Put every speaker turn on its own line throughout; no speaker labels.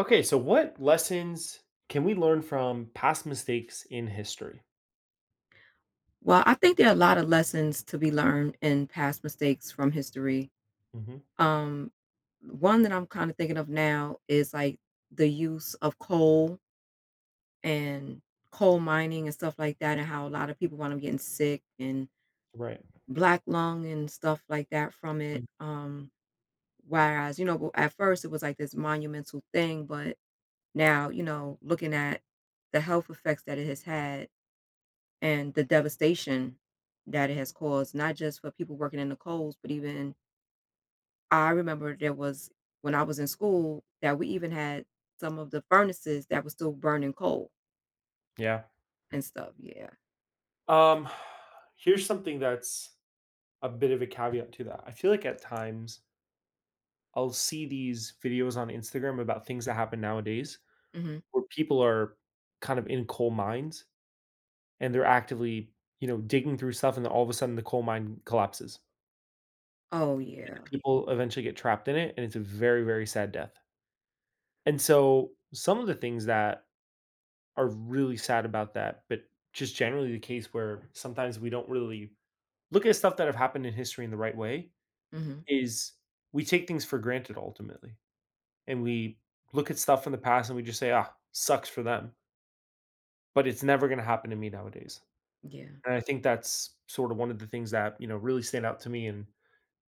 Okay, so what lessons can we learn from past mistakes in history?
Well, I think there are a lot of lessons to be learned in past mistakes from history.
Hmm.
Um, One that I'm kind of thinking of now is like the use of coal and coal mining and stuff like that, and how a lot of people wound up getting sick and
Right.
black lung and stuff like that from it.
Mm.
Whereas, you know, at first it was like this monumental thing, but now, you know, looking at the health effects that it has had and the devastation that it has caused, not just for people working in the coals, but even I remember there was when I was in school that we even had some of the furnaces that were still burning coal
Yeah.
and stuff. Yeah.
Um, here's something that's a bit of a caveat to that. I feel like at times I'll see these videos on Instagram about things that happen nowadays
Hmm.
where people are kind of in coal mines and they're actively, you know, digging through stuff and then all of a sudden the coal mine collapses.
Oh yeah.
People eventually get trapped in it and it's a very, very sad death. And so some of the things that are really sad about that, but just generally the case where sometimes we don't really look at stuff that have happened in history in the right way
Hmm.
is we take things for granted ultimately. And we look at stuff in the past and we just say, ah, sucks for them, but it's never going to happen to me nowadays.
Yeah.
And I think that's sort of one of the things that, you know, really stand out to me. And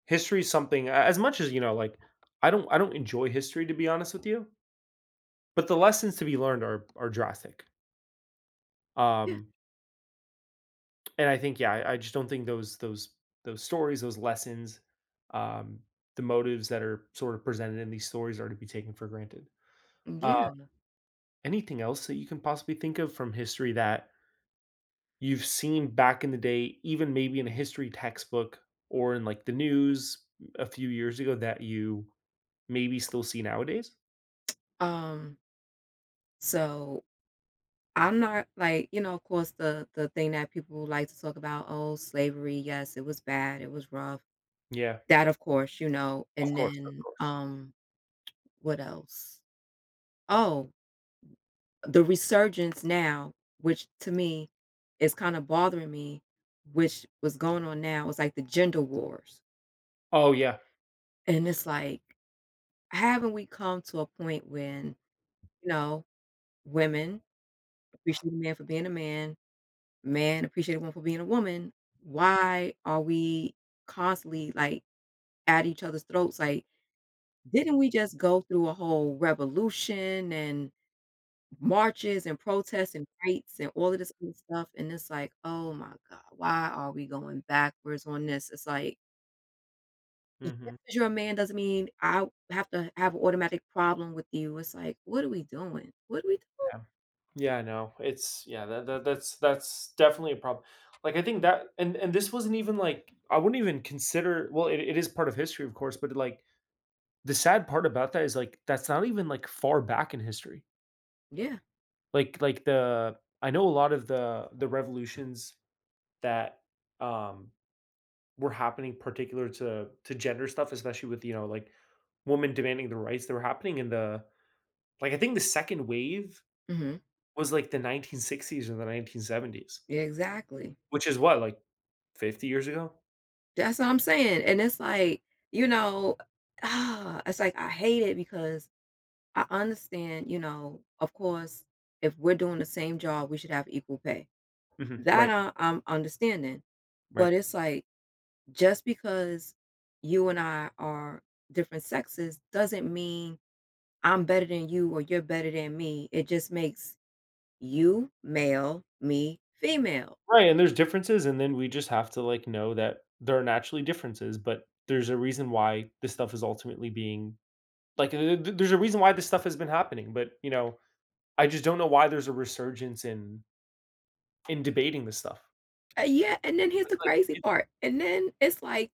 history is something as much as, you know, like I don't enjoy history to be honest with you, but the lessons to be learned are drastic.
Yeah.
Um, And I think, yeah, I just don't think those stories, those lessons, um, the motives that are sort of presented in these stories are to be taken for granted. Uh,
Yeah.
Anything else that you can possibly think of from history that you've seen back in the day, even maybe in a history textbook or in like the news a few years ago that you maybe still see nowadays?
Um. So I'm not like you know, of course, the thing that people like to talk about. Oh, slavery. Yes, it was bad. It was rough.
Yeah,
That, of course, you know.
of
And
course, of
then,
course.
what else? Oh, the resurgence now, which to me is kind of bothering me, which was going on now, is like the gender wars.
Oh yeah.
And it's like, haven't we come to a point when, you know, women appreciate a man for being a man, man appreciate a woman for being a woman? Why are we constantly like at each other's throats? Like, didn't we just go through a whole revolution and marches and protests and rights and all of this other stuff, and it's like, "Oh my god, why are we going backwards on this?" It's like, "Just
Hmm.
'cause you're a man doesn't mean I have to have an automatic problem with you." It's like, "What are we doing? What are we doing?"
Yeah, no, that's definitely a problem. Like I think that, and this wasn't even like I wouldn't even consider. Well, it is part of history, of course, but like the sad part about that is like that's not even like far back in history.
Yeah.
Like the I know a lot of the revolutions that um were happening, particular to gender stuff, especially with you know like women demanding the rights that were happening in the, like, I think the second wave
Mhm.
was like the 1960s or the 1970s,
Yeah, exactly.
which is what, like, 50 years ago?
That's what I'm saying, and it's like, you know, ah it's like I hate it because I understand, you know, of course, if we're doing the same job, we should have equal pay.
Mhm.
That
Right,
I'm understanding, but
right.
it's like, just because you and I are different sexes doesn't mean I'm better than you or you're better than me. It just makes you male, me female.
Right, and there's differences, and then we just have to, like, know that there are naturally differences, but there's a reason why this stuff is ultimately being like, th th there's a reason why this stuff has been happening, but, you know, I just don't know why there's a resurgence in debating this stuff.
Yeah, and then here's the
It's like
crazy
it
part. And then it's like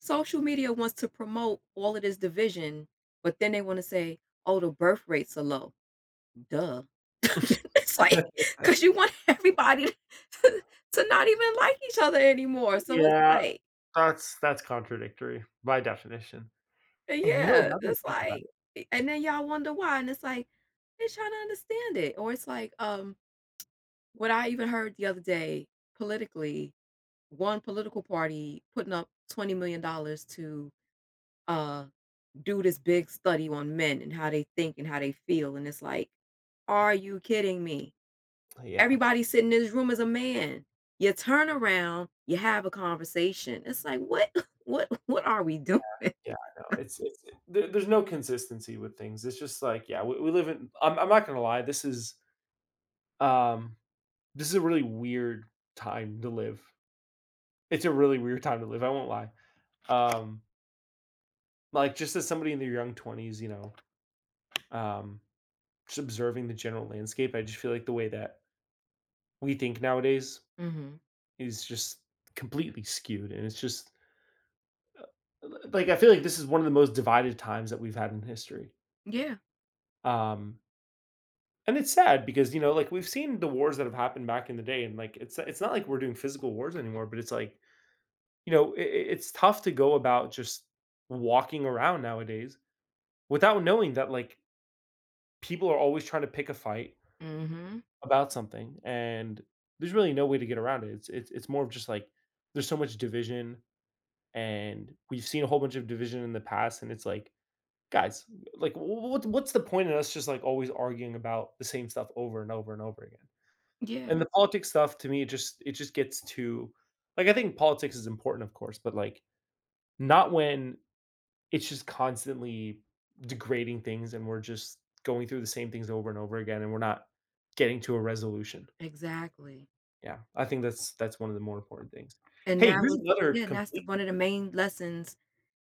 social media wants to promote all of this division, but then they want to say, "Oh, the birth rates are low." Duh. It's like, cause you want everybody to not even like each other anymore, so it's
Yeah,
like
that's contradictory by definition. And you know,
yeah,
now that I
it's
think about
like
it.
and then y'all wonder why, and it's like, they're trying to understand it, or it's like, what I even heard the other day politically, one political party putting up $20 million to, uh, do this big study on men and how they think and how they feel, and it's like, "Are you kidding me?"
Yeah.
Everybody sitting in this room is a man. You turn around, you have a conversation. It's like, what, what are we doing?
Yeah, I know. It's there's no consistency with things. It's just like, yeah, we live in. I'm not gonna lie. Um this is a really weird time to live. It's a really weird time to live. I won't lie. Um, like just as somebody in their young twenties, you know, um, just observing the general landscape. I just feel like the way that we think nowadays
Hmm.
is just completely skewed, and it's just like I feel like this is one of the most divided times that we've had in history.
Yeah.
Um, And it's sad because, you know, like, we've seen the wars that have happened back in the day, and, like, it's not like we're doing physical wars anymore, but it's like, you know, it's tough to go about just walking around nowadays without knowing that, like, people are always trying to pick a fight
Hmm.
about something, and there's really no way to get around it. It's more of just, like, there's so much division, and we've seen a whole bunch of division in the past, and it's like, "Guys, like, what's the point in us just, like, always arguing about the same stuff over and over and over again?"
Yeah.
And the politics stuff to me, it just gets too, like, I think politics is important, of course, but like not when it's just constantly degrading things and we're just going through the same things over and over again and we're not getting to a resolution.
Exactly.
Yeah. I think that's one of the more important things.
And
Hey,
that
here's
was
another
Yeah, and that's the
complete.
one of the main lessons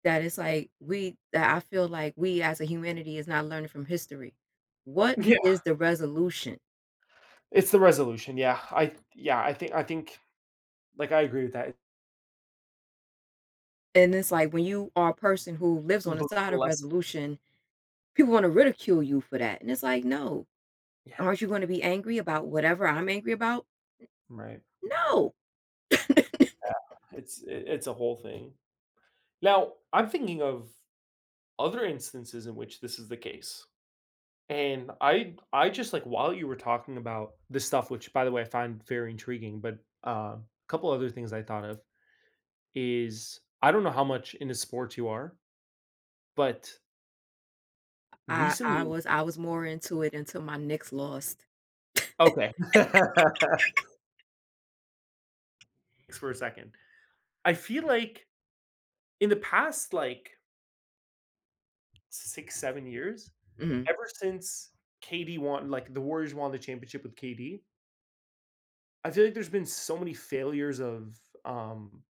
that it's like we that I feel like we as a humanity is not learning from history. What
Yeah.
is the resolution?
It's the resolution. Yeah. I yeah, I think like I agree with that.
And it's like when you are a person who lives on the
Look at
side
the
of
lesson.
resolution, people want to ridicule you for that. And it's like, no,
Yeah.
aren't you going to be angry about whatever I'm angry about?
Right.
No.
It's a whole thing. Now, I'm thinking of other instances in which this is the case. And I just like while you were talking about this stuff, which by the way I find very intriguing, but uh, a couple other things I thought of is I don't know how much into sports you are, but
I I
recently,
was I was more into it until my Knicks lost.
okay, thanks for a second. I feel like in the past like 6 or 7 years,
Mhm.
ever since KD won, like the Warriors won the championship with KD, I feel like there's been so many failures um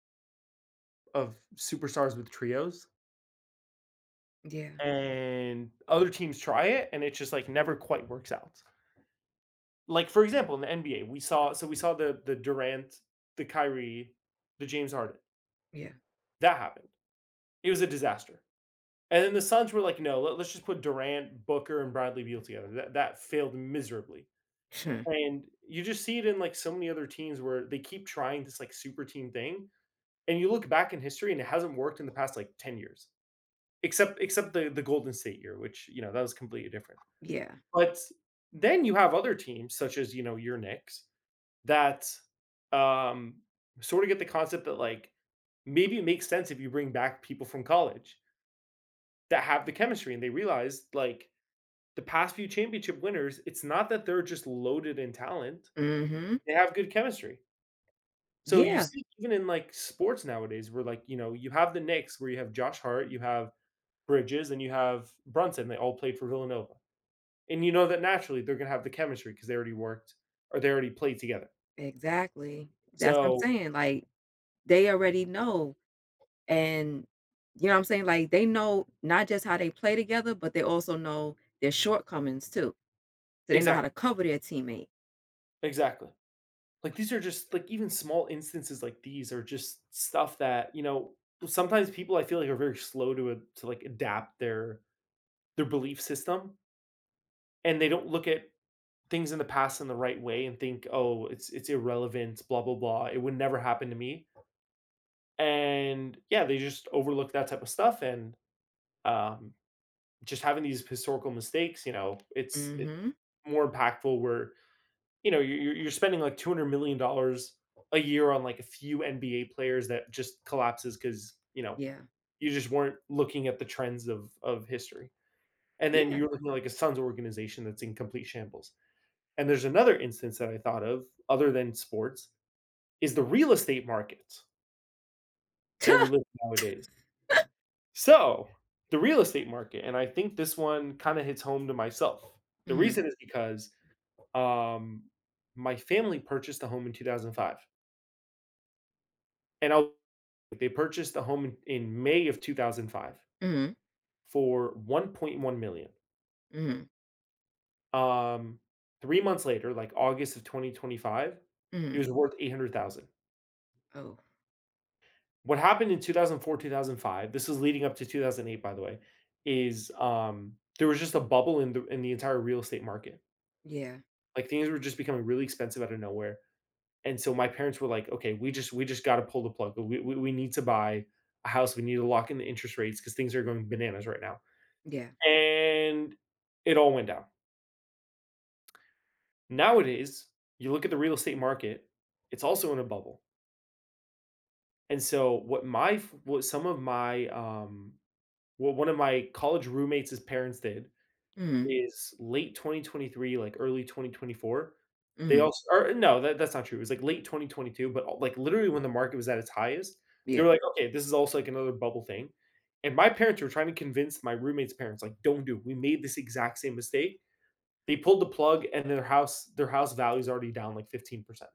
of superstars with trios,
Yeah.
and other teams try it, and it just like never quite works out. Like for example, in the NBA, we saw the Durant, the Kyrie, the James Harden.
Yeah.
That happened. It was a disaster. And then the Suns were like, no, let us just put Durant, Booker, and Bradley Beal together. That failed miserably. And you just see it in like so many other teams where they keep trying this like super team thing. And you look back in history and it hasn't worked in the past like 10 years. Except the Golden State year, which, you know, that was completely different.
Yeah.
But then you have other teams such as, you know, your Knicks that, um, sort of get the concept that, like, maybe it makes sense if you bring back people from college that have the chemistry and they realize, like, the past few championship winners, it's not that they're just loaded in talent,
Mhm.
they have good chemistry. So you
Yeah.
see even in, like, sports nowadays where, like, you know, you have the Knicks where you have Josh Hart, you have Bridges, and you have Brunson, they all played for Villanova. And you know that naturally they're gonna have the chemistry because they already worked or they already played together.
Exactly. That's what
So
I'm saying, like, they already know, and you know what I'm saying? Like, they know not just how they play together, but they also know their shortcomings too, so they know how to
exactly,
cover their teammate.
exactly. Like these are just like even small instances, like these are just stuff that, you know, sometimes people I feel like are very slow to adapt their belief system and they don't look at things in the past in the right way and think, "Oh, it's irrelevant, blah blah blah. It would never happen to me." And yeah, they just overlook that type of stuff and um just having these historical mistakes, you know, it's
Mhm.
more impactful where, you know, you're spending like $200 million dollars a year on like a few NBA players that just collapses because, you know,
Yeah.
you just weren't looking at the trends of history. And then
Yeah.
you're looking at like a Suns organization that's in complete shambles. And there's another instance that I thought of other than sports is the real estate market that we live in nowadays. So, the real estate market, and I think this one kinda hits home to myself. The
Mhm.
reason is because Um, my family purchased a home in 2005, and I'll they purchased the home in May of 2005
Mhm.
for 1,100,000.
Mhm.
Um, 3 months later, like August of 2025, it
Mhm.
was worth 800,000.
Oh,
What happened in 2004, 2005, this is leading up to 2008, by the way, is, there was just a bubble in the entire real estate market.
yeah.
Like, things were just becoming really expensive out of nowhere. And so my parents were like, "Okay, we just gotta pull the plug. We need to buy a house. We need to lock in the interest rates because things are going bananas right now."
Yeah.
And it all went down. Nowadays, you look at the real estate market; it's also in a bubble. And so what my f- what some of my what one of my college roommates' parents did
Mhm.
is late 2023, like, early 2024. They
Mhm.
also or no, that's not true. It was, like, late 2022, but, like, literally when the market was at its highest, they were
Yeah.
like, "Okay, this is also, like, another bubble thing." And my parents were trying to convince my roommate's parents, like, "Don't do it. We made this exact same mistake." They pulled the plug and their house value is already down, like, 15%.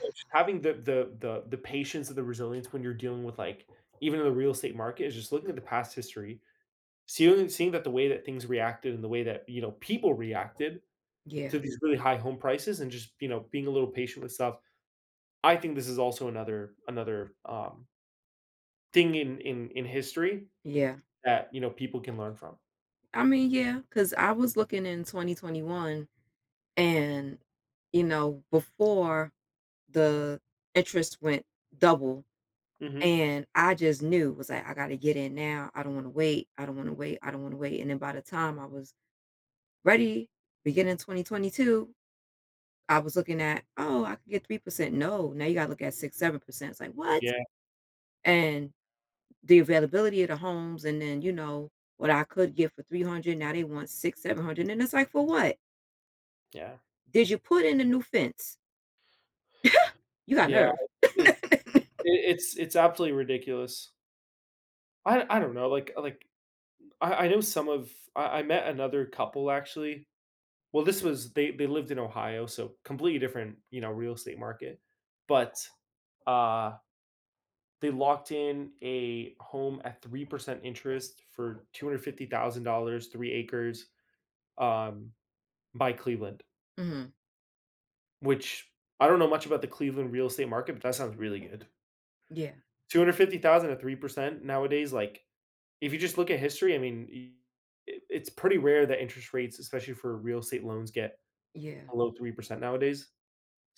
So just having the patience and the resilience when you're dealing with, like, even in the real estate market is just looking at the past history. Seeing that the way that things reacted and the way that, you know, people reacted
Yeah.
to these really high home prices and just, you know, being a little patient with stuff. I think this is also another thing in history
Yeah.
that, you know, people can learn from.
I mean, yeah, because I was looking in 2021 and, you know, before the interest went double,
Mhm.
and I just knew, was like, "I gotta get in now. I don't wanna wait. I don't wanna wait. I don't wanna wait," and then by the time I was ready, beginning 2022, I was looking at, "Oh, I could get 3%." No, now you gotta look at 6, 7%. It's like, "What?"
Yeah,
And the availability of the homes and then, you know, what I could get for 300, now they want 6, 700, and it's like, "For what?
yeah,
Did you put in a new fence? You got
yeah.
nerve."
It's it it's absolutely ridiculous. I don't know, like, I know some of I met another couple actually. Well, this was they lived in Ohio, so completely different, you know, real estate market, but, uh they locked in a home at 3% interest for $250,000, 3 acres, um, by Cleveland,
Mhm.
which I don't know much about the Cleveland real estate market, but that sounds really good.
Yeah.
250,000 at 3% nowadays, like, if you just look at history, I mean, y it's pretty rare that interest rates, especially for real estate loans, get
Yeah.
below 3% nowadays,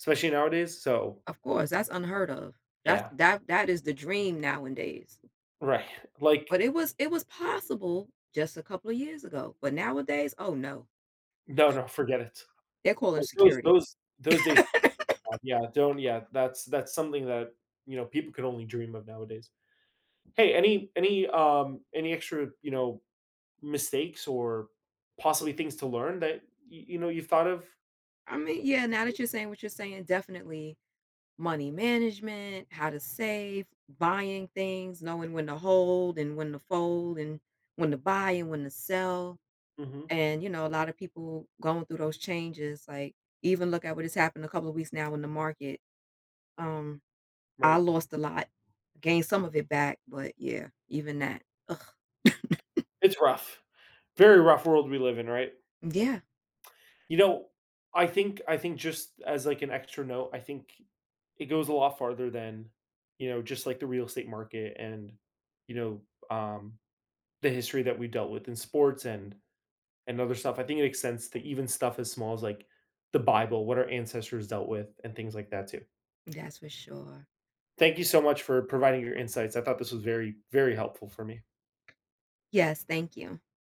especially nowadays, so
Of course, that's unheard of. That's
yeah,
that that is the dream nowadays.
right, like,
But it was possible just a couple of years ago, but nowadays, oh, no.
no, no, forget it.
They're calling
Like, those
security.
those those days. Yeah, don't yeah, that's something that, you know, people could only dream of nowadays. Hey, any extra, you know, mistakes or possibly things to learn that you know you've thought of?
I mean, yeah, now that you're saying what you're saying, definitely money management, how to save, buying things, knowing when to hold and when to fold and when to buy and when to sell.
Mhm.
And, you know, a lot of people going through those changes, like, even look at what has happened a couple of weeks now in the market. Um, I
Right.
lost a lot, gained some of it back, but yeah, even that. Ugh.
It's rough. Very rough world we live in, right?
Yeah,
You know, I think just as like an extra note, I think it goes a lot farther than, you know, just like the real estate market and, you know, um the history that we dealt with in sports and other stuff. I think it makes sense to even stuff as small as like the Bible, what our ancestors dealt with, and things like that too.
that's for sure.
Thank you so much for providing your insights. I thought this was very, very helpful for me.
Yes, thank you.